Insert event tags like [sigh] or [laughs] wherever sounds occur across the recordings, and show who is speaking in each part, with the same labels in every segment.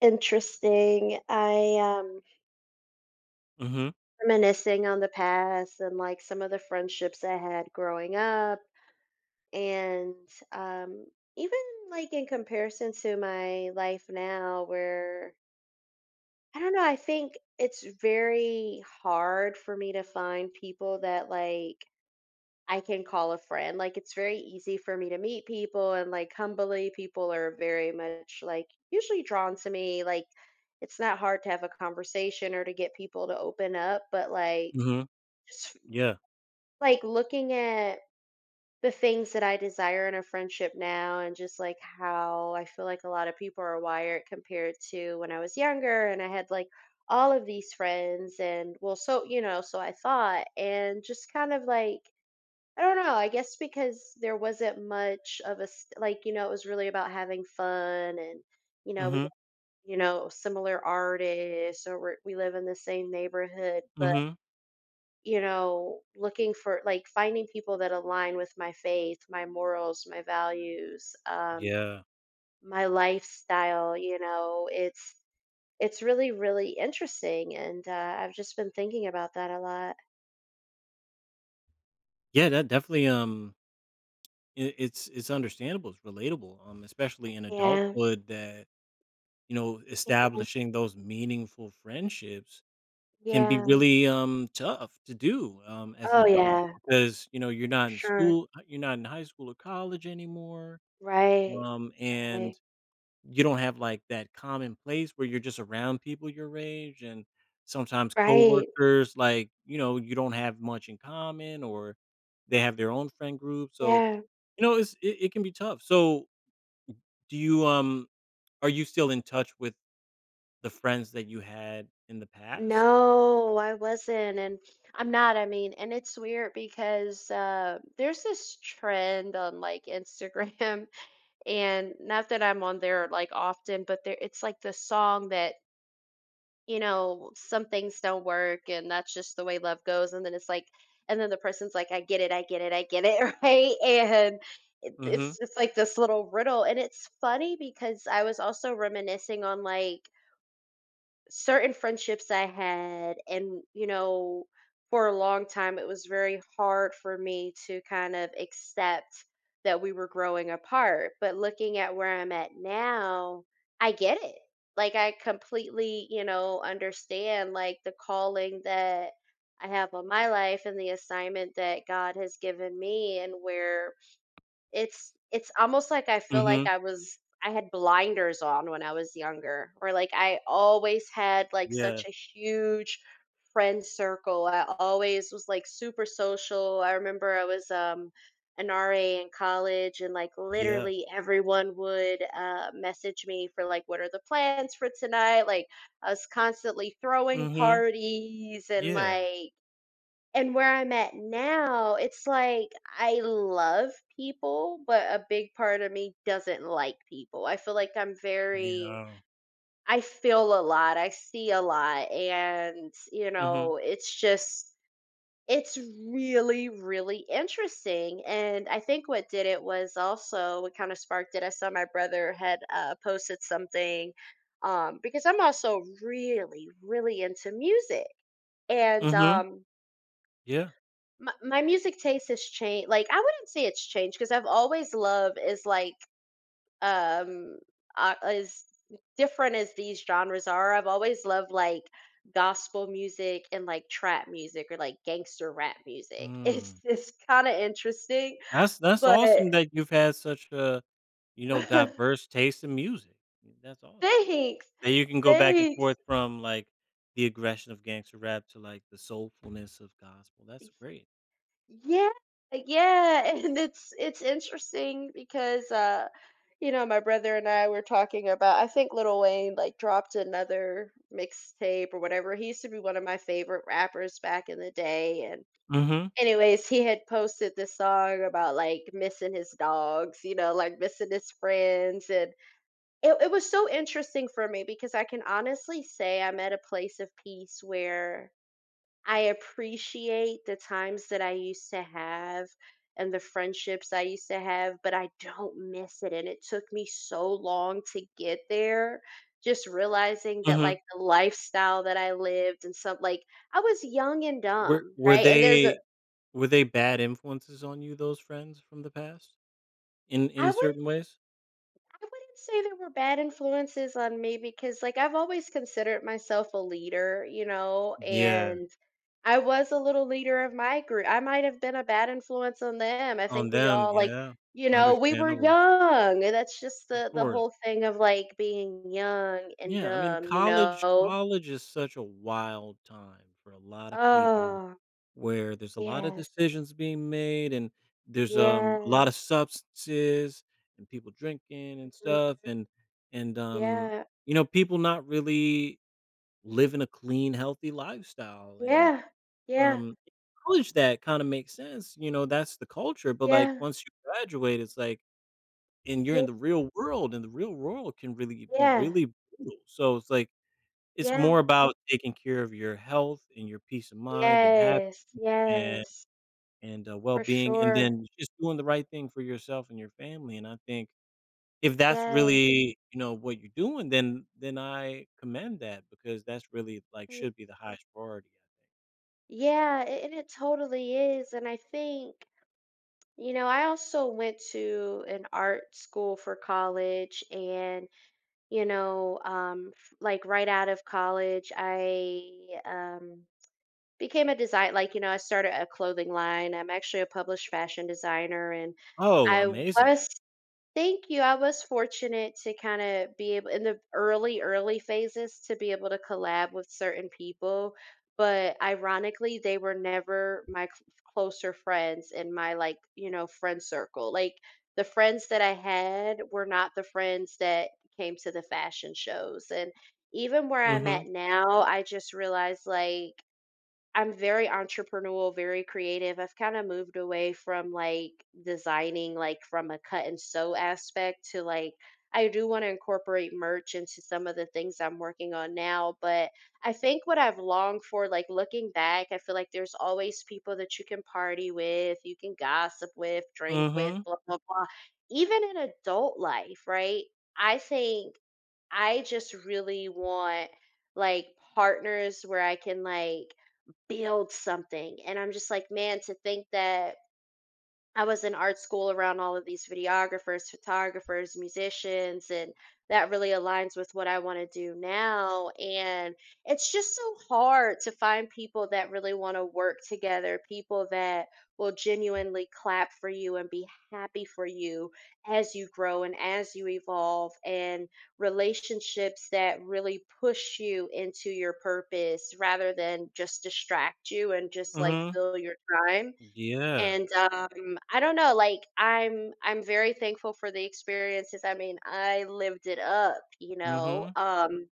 Speaker 1: Interesting. I
Speaker 2: Mhm,
Speaker 1: Reminiscing on the past and like some of the friendships I had growing up. And um even like in comparison to my life now where I don't know, I think it's very hard for me to find people that like I can call a friend. Like it's very easy for me to meet people and like humbly people are very much like usually drawn to me. Like it's not hard to have a conversation or to get people to open up, but like
Speaker 2: mhm,
Speaker 1: just
Speaker 2: yeah,
Speaker 1: like looking at the things that I desire in a friendship now and just like how I feel like a lot of people are wired compared to when I was younger and I had like all of these friends and well so I thought and just kind of like I don't know. I guess because there wasn't much of a like, it was really about having fun and, we,
Speaker 2: mhm,
Speaker 1: similar artists or we live in the same neighborhood. But,
Speaker 2: mhm,
Speaker 1: looking for like finding people that align with my faith, my morals, my values,
Speaker 2: yeah,
Speaker 1: my lifestyle, it's really, really interesting. And I've just been thinking about that a lot.
Speaker 2: yeah, that definitely, it's understandable, it's relatable, especially in
Speaker 1: Yeah.
Speaker 2: adulthood that, you know, establishing those meaningful friendships can be
Speaker 1: Yeah.
Speaker 2: really, tough to do, as an
Speaker 1: Oh,
Speaker 2: adult
Speaker 1: yeah,
Speaker 2: because, you know, you're
Speaker 1: for
Speaker 2: not in
Speaker 1: sure.
Speaker 2: school, you're not in high school or college anymore,
Speaker 1: Right. Right.
Speaker 2: and you don't have like that common place where you're just around people your age. And sometimes
Speaker 1: Right.
Speaker 2: coworkers, like, you know, you don't have much in common, or they have their own friend group, so
Speaker 1: Yeah.
Speaker 2: you know it can be tough. So do you are you still in touch with the friends that you had in the past?
Speaker 1: No, I wasn't. And I'm not. I mean, and it's weird because there's this trend on like Instagram, [laughs] and not that I'm on there like often, but there it's like the song that, some things don't work and that's just the way love goes. And then it's like, and then the person's like, I get it, I get it, I get it, [laughs] right? And it,
Speaker 2: Mhm,
Speaker 1: it's just like this little riddle. And it's funny because I was also reminiscing on like, certain friendships I had, and for a long time, it was very hard for me to kind of accept that we were growing apart. But looking at where I'm at now, I get it. Like, I completely, understand like the calling that I have on my life and the assignment that God has given me, and where it's almost like I feel like
Speaker 2: mhm,
Speaker 1: I had blinders on when I was younger, or like I always had like
Speaker 2: yeah,
Speaker 1: such a huge friend circle. I always was like super social. I remember I was an RA in college and like
Speaker 2: yeah,
Speaker 1: literally everyone would message me for like, what are the plans for tonight? Like I was constantly throwing
Speaker 2: mhm,
Speaker 1: parties and
Speaker 2: yeah,
Speaker 1: like, and where I'm at now, it's like I love people, but a big part of me doesn't like people.
Speaker 2: yeah,
Speaker 1: I feel a lot, I see a lot. And,
Speaker 2: mhm,
Speaker 1: it's really, really interesting. And I think what did it was also what kind of sparked it. I saw my brother had posted something, because I'm also really, really into music. And
Speaker 2: mhm, yeah.
Speaker 1: my music taste has changed, like, I wouldn't say it's changed because 'cause I've always loved is, like, um, as different as these genres are, I've always loved, like, gospel music and, like, trap music or, like, gangster rap music. [laughs] It's
Speaker 2: Mm.
Speaker 1: it's kinda interesting,
Speaker 2: That's
Speaker 1: but
Speaker 2: awesome that you've had such a, you know,
Speaker 1: [laughs]
Speaker 2: diverse taste in music. Yeah, that's awesome.
Speaker 1: Thanks,
Speaker 2: That you can go back and
Speaker 1: thanks.
Speaker 2: forth from, like, the aggression of gangster rap to, like, the soulfulness of gospel. That's great.
Speaker 1: Yeah, yeah, [laughs] and it's interesting because, my brother and I were talking about, I think Lil Wayne, like, dropped another mixtape or whatever. He used to be one of my favorite rappers back in the day, and
Speaker 2: Mhm,
Speaker 1: anyways, he had posted this song about, like, missing his dogs, like, missing his friends, and it was so interesting for me because I can honestly say I'm at a place of peace where I appreciate the times that I used to have and the friendships I used to have, but I don't miss it. And it took me so long to get there. Just realizing that,
Speaker 2: mhm.
Speaker 1: like, the lifestyle that I lived and some, like, I was young and
Speaker 2: Were
Speaker 1: dumb,
Speaker 2: were
Speaker 1: right? And
Speaker 2: they were they bad influences on you, those friends from the past, in
Speaker 1: I wouldn't
Speaker 2: certain ways?
Speaker 1: I wouldn't say there were bad influences on me because, like, I've always considered myself a leader,
Speaker 2: Yeah,
Speaker 1: and I was a little leader of my group. I might have been a bad influence on them. I
Speaker 2: on
Speaker 1: think we
Speaker 2: them,
Speaker 1: all, like,
Speaker 2: yeah.
Speaker 1: we were
Speaker 2: Understandable.
Speaker 1: young. And that's just
Speaker 2: Of
Speaker 1: the
Speaker 2: course.
Speaker 1: whole thing of like being young and
Speaker 2: Yeah, I mean,
Speaker 1: dumb, you
Speaker 2: college
Speaker 1: know.
Speaker 2: college is such a wild time for a lot of people,
Speaker 1: Oh,
Speaker 2: where there's a lot of
Speaker 1: yes,
Speaker 2: decisions being made, and there's, a lot
Speaker 1: yes,
Speaker 2: of substances, and people drinking and
Speaker 1: mm,
Speaker 2: stuff, and,
Speaker 1: yeah,
Speaker 2: you know, people not really living a clean, healthy lifestyle, and,
Speaker 1: yeah, yeah,
Speaker 2: um, college, that kinda makes sense, you know, that's the culture. But, like, once you graduate, it's like and you're
Speaker 1: yeah,
Speaker 2: in the real world, and the real world can really be
Speaker 1: yeah,
Speaker 2: really brutal. So it's like, it's
Speaker 1: yeah, yeah,
Speaker 2: more about taking care of your health and your peace of mind and hap
Speaker 1: yes,
Speaker 2: and
Speaker 1: yes.
Speaker 2: and,
Speaker 1: For
Speaker 2: well-being, and
Speaker 1: sure.
Speaker 2: then just doing the right thing for yourself and your family. And I think if that's
Speaker 1: Yes.
Speaker 2: really, you know, what you're doing, then I commend that because that's really, like,
Speaker 1: Mm.
Speaker 2: should be the highest priority.
Speaker 1: Yeah, and it totally is. And I think, I also went to an art school for college and, like right out of college, I um became a design like, you know, I started a clothing line. I'm actually a published fashion designer. And
Speaker 2: Oh,
Speaker 1: I
Speaker 2: amazing.
Speaker 1: was thank you. I was fortunate to kind of be able in the early, early phases to be able to collab with certain people. But ironically, they were never my closer friends in my like, friend circle. Like the friends that I had were not the friends that came to the fashion shows. And even where I'm
Speaker 2: Mhm,
Speaker 1: at now, I just realized like, I'm very entrepreneurial, very creative. I've kind of moved away from like designing like from a cut and sew aspect to like, I do want to incorporate merch into some of the things I'm working on now, but I think what I've longed for, like looking back, I feel like there's always people that you can party with, you can gossip with, drink with,
Speaker 2: mhm,
Speaker 1: blah blah blah. Even in adult life, right? I think I just really want, like, partners where I can like build something. And I'm just like, man, to think that I was in art school around all of these videographers, photographers, musicians, and that really aligns with what I want to do now. And it's just so hard to find people that really want to work together, people that will genuinely clap for you and be happy for you as you grow and as you evolve, and relationships that really push you into your purpose rather than just distract you and just like
Speaker 2: mhm.
Speaker 1: fill your time.
Speaker 2: Yeah.
Speaker 1: And, I don't know, like, I'm very thankful for the experiences. I mean, I lived it up, you know?
Speaker 2: Mhm,
Speaker 1: Um,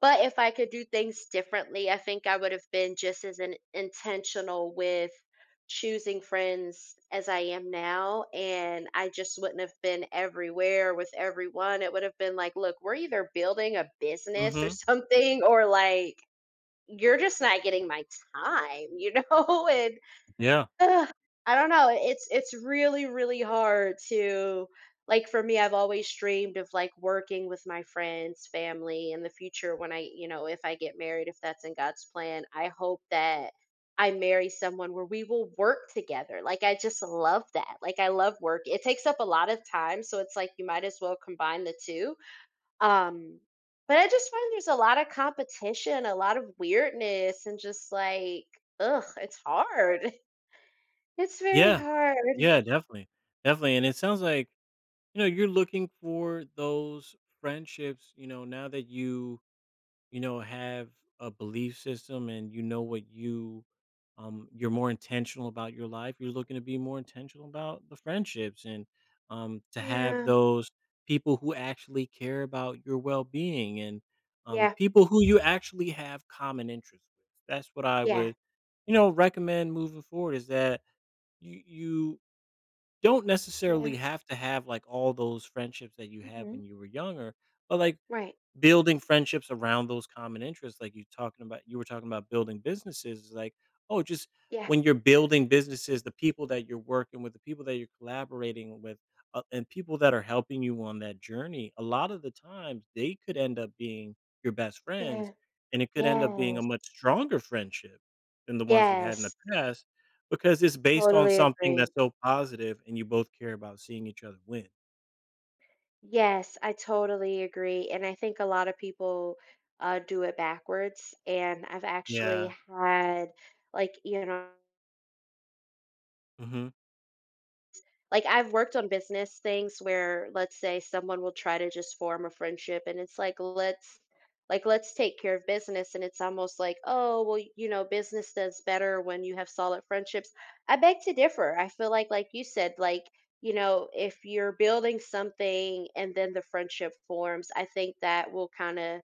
Speaker 1: but if I could do things differently, I think I would have been just as in intentional with choosing friends as I am now, and I just wouldn't have been everywhere with everyone. It would have been like, "Look, we're either building a business or [laughs]
Speaker 2: mhm.
Speaker 1: something, or, like, you're just not getting my time," you know? [laughs] And
Speaker 2: Yeah.
Speaker 1: ugh, I don't know, it's really, really hard to, like, for me, I've always dreamed of, like, working with my friends, family in the future, when I you know, if I get married, if that's in God's plan. I hope that I marry someone where we will work together. Like, I just love that. Like, I love work. It takes up a lot of time, so it's like you might as well combine the two, um, but I just find there's a lot of competition, a lot of weirdness, and just like, ugh, it's hard. [laughs] It's very
Speaker 2: Yeah.
Speaker 1: hard.
Speaker 2: Yeah, definitely, definitely, and it sounds like, you know, you're looking for those friendships, you know, now that you have a belief system, and you know what you you're more intentional about your life, you're looking to be more intentional about the friendships, and um, to have
Speaker 1: Yeah.
Speaker 2: those people who actually care about your well-being, and um,
Speaker 1: Yeah.
Speaker 2: people who you actually have common interests with. That's what I
Speaker 1: Yeah.
Speaker 2: would, you know, recommend moving forward, is that you don't
Speaker 1: Yeah.
Speaker 2: necessarily have to have like all those friendships that you had
Speaker 1: Hmm.
Speaker 2: when you were younger, but like
Speaker 1: Right.
Speaker 2: building friendships around those common interests. Like you talking about you were talking about building businesses, it's like, oh, just
Speaker 1: Yeah.
Speaker 2: when you're building businesses, the people that you're working with, the people that you're collaborating with, and people that are helping you on that journey, a lot of the times they could end up being your best
Speaker 1: Yeah.
Speaker 2: friends, and it could end up being a
Speaker 1: Yes.
Speaker 2: much stronger friendship than the ones you had in the
Speaker 1: Yes.
Speaker 2: past, because it's based on
Speaker 1: Totally
Speaker 2: something
Speaker 1: agree.
Speaker 2: that's so positive and you both care about seeing each other win.
Speaker 1: Yes, I totally agree. And I think a lot of people, do it backwards. And I've actually
Speaker 2: Yeah.
Speaker 1: had, like,
Speaker 2: Mhm.
Speaker 1: like, I've worked on business things where, let's say, someone will try to just form a friendship, and it's like, let's take care of business, and it's almost like, oh, well, business does better when you have solid friendships. I beg to differ. I feel like, you said, like, if you're building something and then the friendship forms, I think that will kind of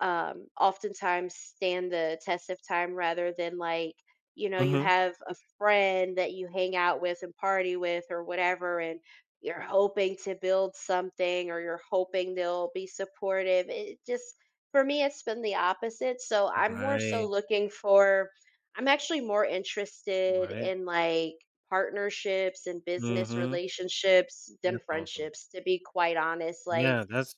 Speaker 1: oftentimes stand the test of time, rather than like, you
Speaker 2: Mhm.
Speaker 1: have a friend that you hang out with and party with or whatever, and you're hoping to build something or you're hoping they'll be supportive. It just, for me, it's been the opposite. So I'm more so
Speaker 2: Right.
Speaker 1: looking for, I'm actually more interested
Speaker 2: Right.
Speaker 1: in like partnerships and business
Speaker 2: Mhm.
Speaker 1: relationships than
Speaker 2: That's awesome.
Speaker 1: friendships, to be quite honest. Like,
Speaker 2: Yeah. That's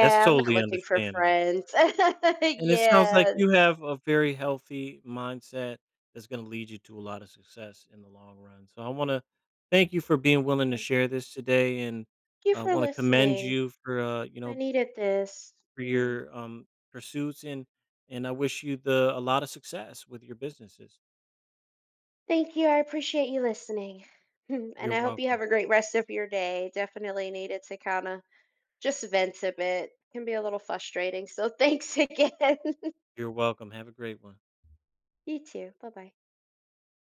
Speaker 2: that's
Speaker 1: I'm not
Speaker 2: totally
Speaker 1: looking for
Speaker 2: understandable.
Speaker 1: friends. [laughs]
Speaker 2: And it sounds like
Speaker 1: Yeah.
Speaker 2: you have a very healthy mindset that's gonna lead you to a lot of success in the long run. So I wanna thank you for being willing to
Speaker 1: Thank
Speaker 2: share this today. And
Speaker 1: you
Speaker 2: I
Speaker 1: for
Speaker 2: wanna commend
Speaker 1: listening.
Speaker 2: you for, you
Speaker 1: I
Speaker 2: know,
Speaker 1: needed this.
Speaker 2: for
Speaker 1: Yeah.
Speaker 2: your pursuits, and I wish you the a lot of success with your businesses.
Speaker 1: Thank you. I appreciate you listening. [laughs] And
Speaker 2: You're
Speaker 1: I hope you have
Speaker 2: welcome.
Speaker 1: a great rest of your day. Definitely needed to kind of just vent a bit. Can be a little frustrating. So thanks [laughs] again.
Speaker 2: You're welcome. Have a great one.
Speaker 1: [laughs] You too. Bye bye.